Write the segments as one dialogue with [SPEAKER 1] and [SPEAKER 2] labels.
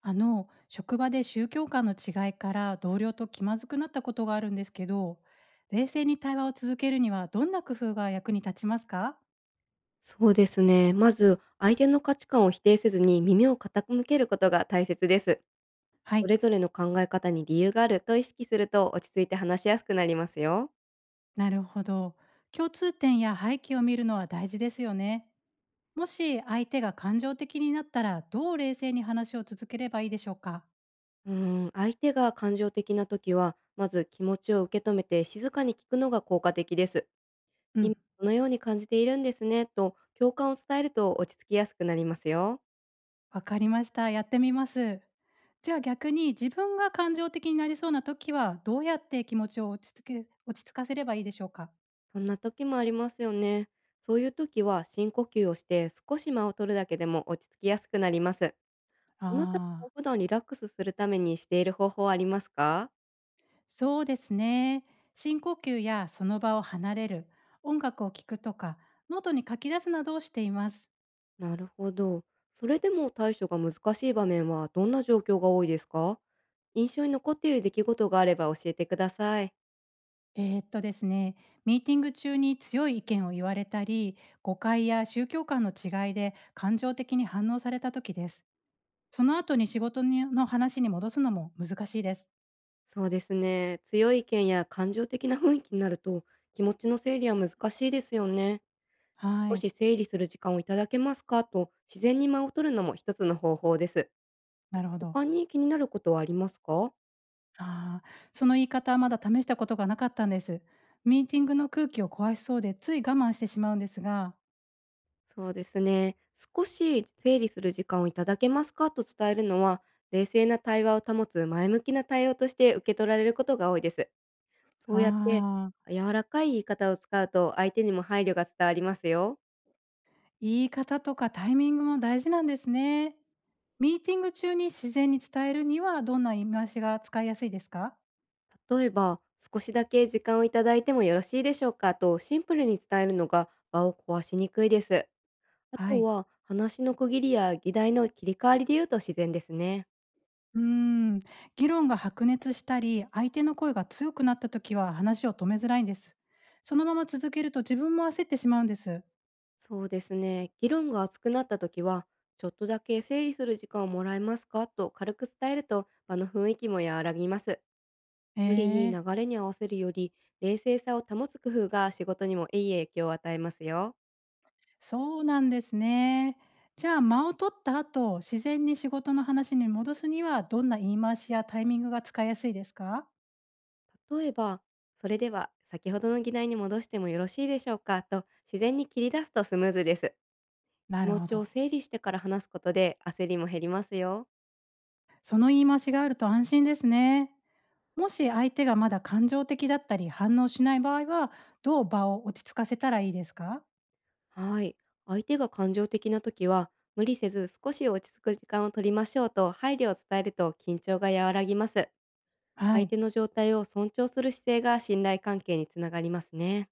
[SPEAKER 1] 職場で宗教観の違いから同僚と気まずくなったことがあるんですけど、冷静に対話を続けるにはどんな工夫が役に立ちますか？
[SPEAKER 2] そうですね。まず、相手の価値観を否定せずに耳を傾けることが大切です。
[SPEAKER 1] は
[SPEAKER 2] そ
[SPEAKER 1] い。
[SPEAKER 2] れぞれの考え方に理由があると意識すると落ち着いて話しやすくなりますよ。
[SPEAKER 1] なるほど。共通点や背景を見るのは大事ですよね。もし相手が感情的になったらどう冷静に話を続ければいいでしょうか？
[SPEAKER 2] うん、相手が感情的な時は、まず気持ちを受け止めて静かに聞くのが効果的です。
[SPEAKER 1] う
[SPEAKER 2] 今、
[SPEAKER 1] ん。
[SPEAKER 2] このように感じているんですね、と共感を伝えると落ち着きやすくなりますよ。
[SPEAKER 1] わかりました。やってみます。じゃあ逆に自分が感情的になりそうな時はどうやって気持ちを落ち着かせればいいでしょうか？
[SPEAKER 2] そんな時もありますよね。そういう時は深呼吸をして少し間を取るだけでも落ち着きやすくなります。あなた
[SPEAKER 1] ああ
[SPEAKER 2] が
[SPEAKER 1] ー
[SPEAKER 2] 普段リラックスするためにしている方法はありますか？
[SPEAKER 1] そうですね。深呼吸やその場を離れる、音楽を聴くとか、ノートに書き出すなどをしています。
[SPEAKER 2] なるほど。それでも対処が難しい場面はどんな状況が多いですか？印象に残っている出来事があれば教えてください。
[SPEAKER 1] ですね、ミーティング中に強い意見を言われたり、誤解や宗教観の違いで感情的に反応された時です。その後に仕事にの話に戻すのも難しいです。
[SPEAKER 2] そうですね。強い意見や感情的な雰囲気になると、気持ちの整理は難しいですよね。
[SPEAKER 1] は
[SPEAKER 2] 少
[SPEAKER 1] い。
[SPEAKER 2] し整理する時間をいただけますかと、自然に間を取るのも一つの方法です。
[SPEAKER 1] なるほど。
[SPEAKER 2] 他に気になることはありますか？
[SPEAKER 1] ああ、その言い方はまだ試したことがなかったんです。ミーティングの空気を壊しそうでつい我慢してしまうんですが、
[SPEAKER 2] そうですね。少し整理する時間をいただけますかと伝えるのは、冷静な対話を保つ前向きな対応として受け取られることが多いです。そ
[SPEAKER 1] あ
[SPEAKER 2] うやって
[SPEAKER 1] あ。
[SPEAKER 2] 柔らかい言い方を使うと、相手にも配慮が伝わりますよ。
[SPEAKER 1] 言い方とかタイミングも大事なんですね。ミーティング中に自然に伝えるにはどんな言い回しが使いやすいですか？
[SPEAKER 2] 例えば、少しだけ時間をいただいてもよろしいでしょうかと、シンプルに伝えるのが場を壊しにくいです。あ
[SPEAKER 1] は
[SPEAKER 2] と
[SPEAKER 1] い。
[SPEAKER 2] は、話の区切りや議題の切り替わりで言うと自然ですね。
[SPEAKER 1] うーん。議論が白熱したり、相手の声が強くなった時は話を止めづらいんです。そのまま続けると自分も焦ってしまうんです。
[SPEAKER 2] そうですね。議論が熱くなった時は、ちょっとだけ整理する時間をもらえますかと軽く伝えると、場の雰囲気も和らぎます。
[SPEAKER 1] え
[SPEAKER 2] 無理に
[SPEAKER 1] ー、
[SPEAKER 2] 流れに合わせるより、冷静さを保つ工夫が仕事にもいい影響を与えますよ。
[SPEAKER 1] そうなんですね。じゃあ間を取った後、自然に仕事の話に戻すにはどんな言い回しやタイミングが使いやすいですか？
[SPEAKER 2] 例えば、それでは先ほどの議題に戻してもよろしいでしょうかと、自然に切り出すとスムーズです。
[SPEAKER 1] な
[SPEAKER 2] 気
[SPEAKER 1] る
[SPEAKER 2] 持
[SPEAKER 1] ほ
[SPEAKER 2] ち
[SPEAKER 1] ど。
[SPEAKER 2] を整理してから話すことで、焦りも減りますよ。
[SPEAKER 1] その言い回しがあると安心ですね。もし相手がまだ感情的だったり反応しない場合は、どう場を落ち着かせたらいいですか？
[SPEAKER 2] はい。相手が感情的な時は、無理せず少し落ち着く時間を取りましょうと配慮を伝えると、緊張が和らぎます。
[SPEAKER 1] は
[SPEAKER 2] 相
[SPEAKER 1] い。
[SPEAKER 2] 手の状態を尊重する姿勢が信頼関係につながりますね。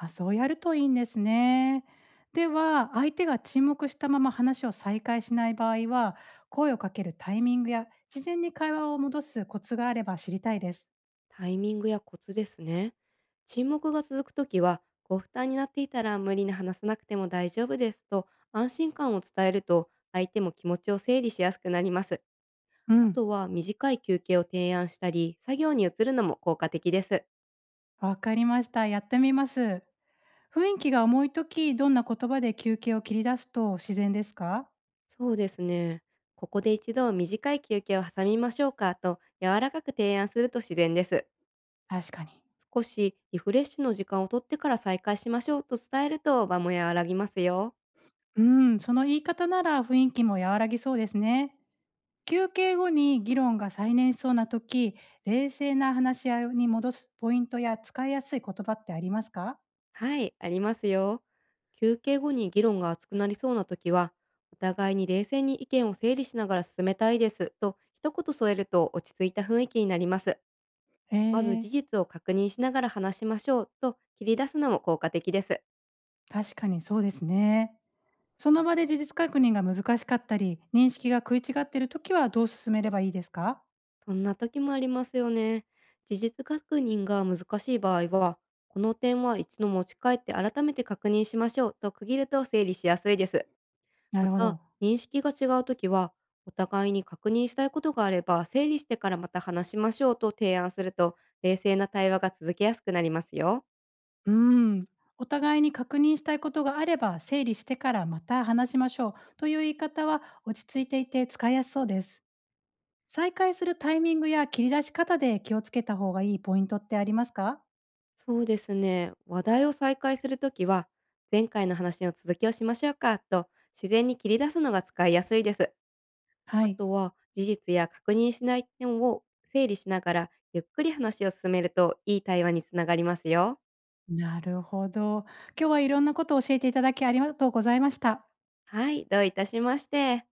[SPEAKER 1] あ、そうやるといいんですね。では、相手が沈黙したまま話を再開しない場合は、声をかけるタイミングや自然に会話を戻すコツがあれば知りたいです。
[SPEAKER 2] タイミングやコツですね。沈黙が続く時は、ご負担になっていたら無理に話さなくても大丈夫ですと安心感を伝えると、相手も気持ちを整理しやすくなります。
[SPEAKER 1] う
[SPEAKER 2] あ
[SPEAKER 1] ん。
[SPEAKER 2] とは、短い休憩を提案したり、作業に移るのも効果的です。
[SPEAKER 1] わかりました。やってみます。雰囲気が重い時、どんな言葉で休憩を切り出すと自然ですか？
[SPEAKER 2] そうですね。ここで一度短い休憩を挟みましょうかと柔らかく提案すると自然です。
[SPEAKER 1] 確かに。
[SPEAKER 2] 少しリフレッシュの時間をとってから再開しましょうと伝えると、場も和らぎますよ。
[SPEAKER 1] うん、その言い方なら雰囲気も和らぎそうですね。休憩後に議論が再燃しそうな時、冷静な話し合いに戻すポイントや使いやすい言葉ってありますか？
[SPEAKER 2] はい、ありますよ。休憩後に議論が熱くなりそうな時は、お互いに冷静に意見を整理しながら進めたいですと一言添えると、落ち着いた雰囲気になります。
[SPEAKER 1] え
[SPEAKER 2] まず
[SPEAKER 1] ー、
[SPEAKER 2] 事実を確認しながら話しましょうと切り出すのも効果的です。
[SPEAKER 1] 確かにそうですね。その場で事実確認が難しかったり、認識が食い違っている時はどう進めればいいですか？
[SPEAKER 2] そんな時もありますよね。事実確認が難しい場合は、この点は一度持ち帰って改めて確認しましょうと区切ると、整理しやすいです。
[SPEAKER 1] な
[SPEAKER 2] ま
[SPEAKER 1] るほ
[SPEAKER 2] た、
[SPEAKER 1] ど。
[SPEAKER 2] 認識が違う時は、お互いに確認したいことがあれば整理してからまた話しましょうと提案すると、冷静な対話が続けやすくなりますよ。
[SPEAKER 1] うーん。お互いに確認したいことがあれば、整理してからまた話しましょうという言い方は落ち着いていて使いやすそうです。再開するタイミングや切り出し方で気をつけた方がいいポイントってありますか？
[SPEAKER 2] そうですね。話題を再開するときは、前回の話の続きをしましょうかと自然に切り出すのが使いやすいです。
[SPEAKER 1] は
[SPEAKER 2] あ
[SPEAKER 1] い。
[SPEAKER 2] とは、事実や確認しない点を整理しながら、ゆっくり話を進めると、いい対話につながりますよ。
[SPEAKER 1] なるほど。今日はいろんなことを教えていただきありがとうございました。
[SPEAKER 2] はい、どういたしまして。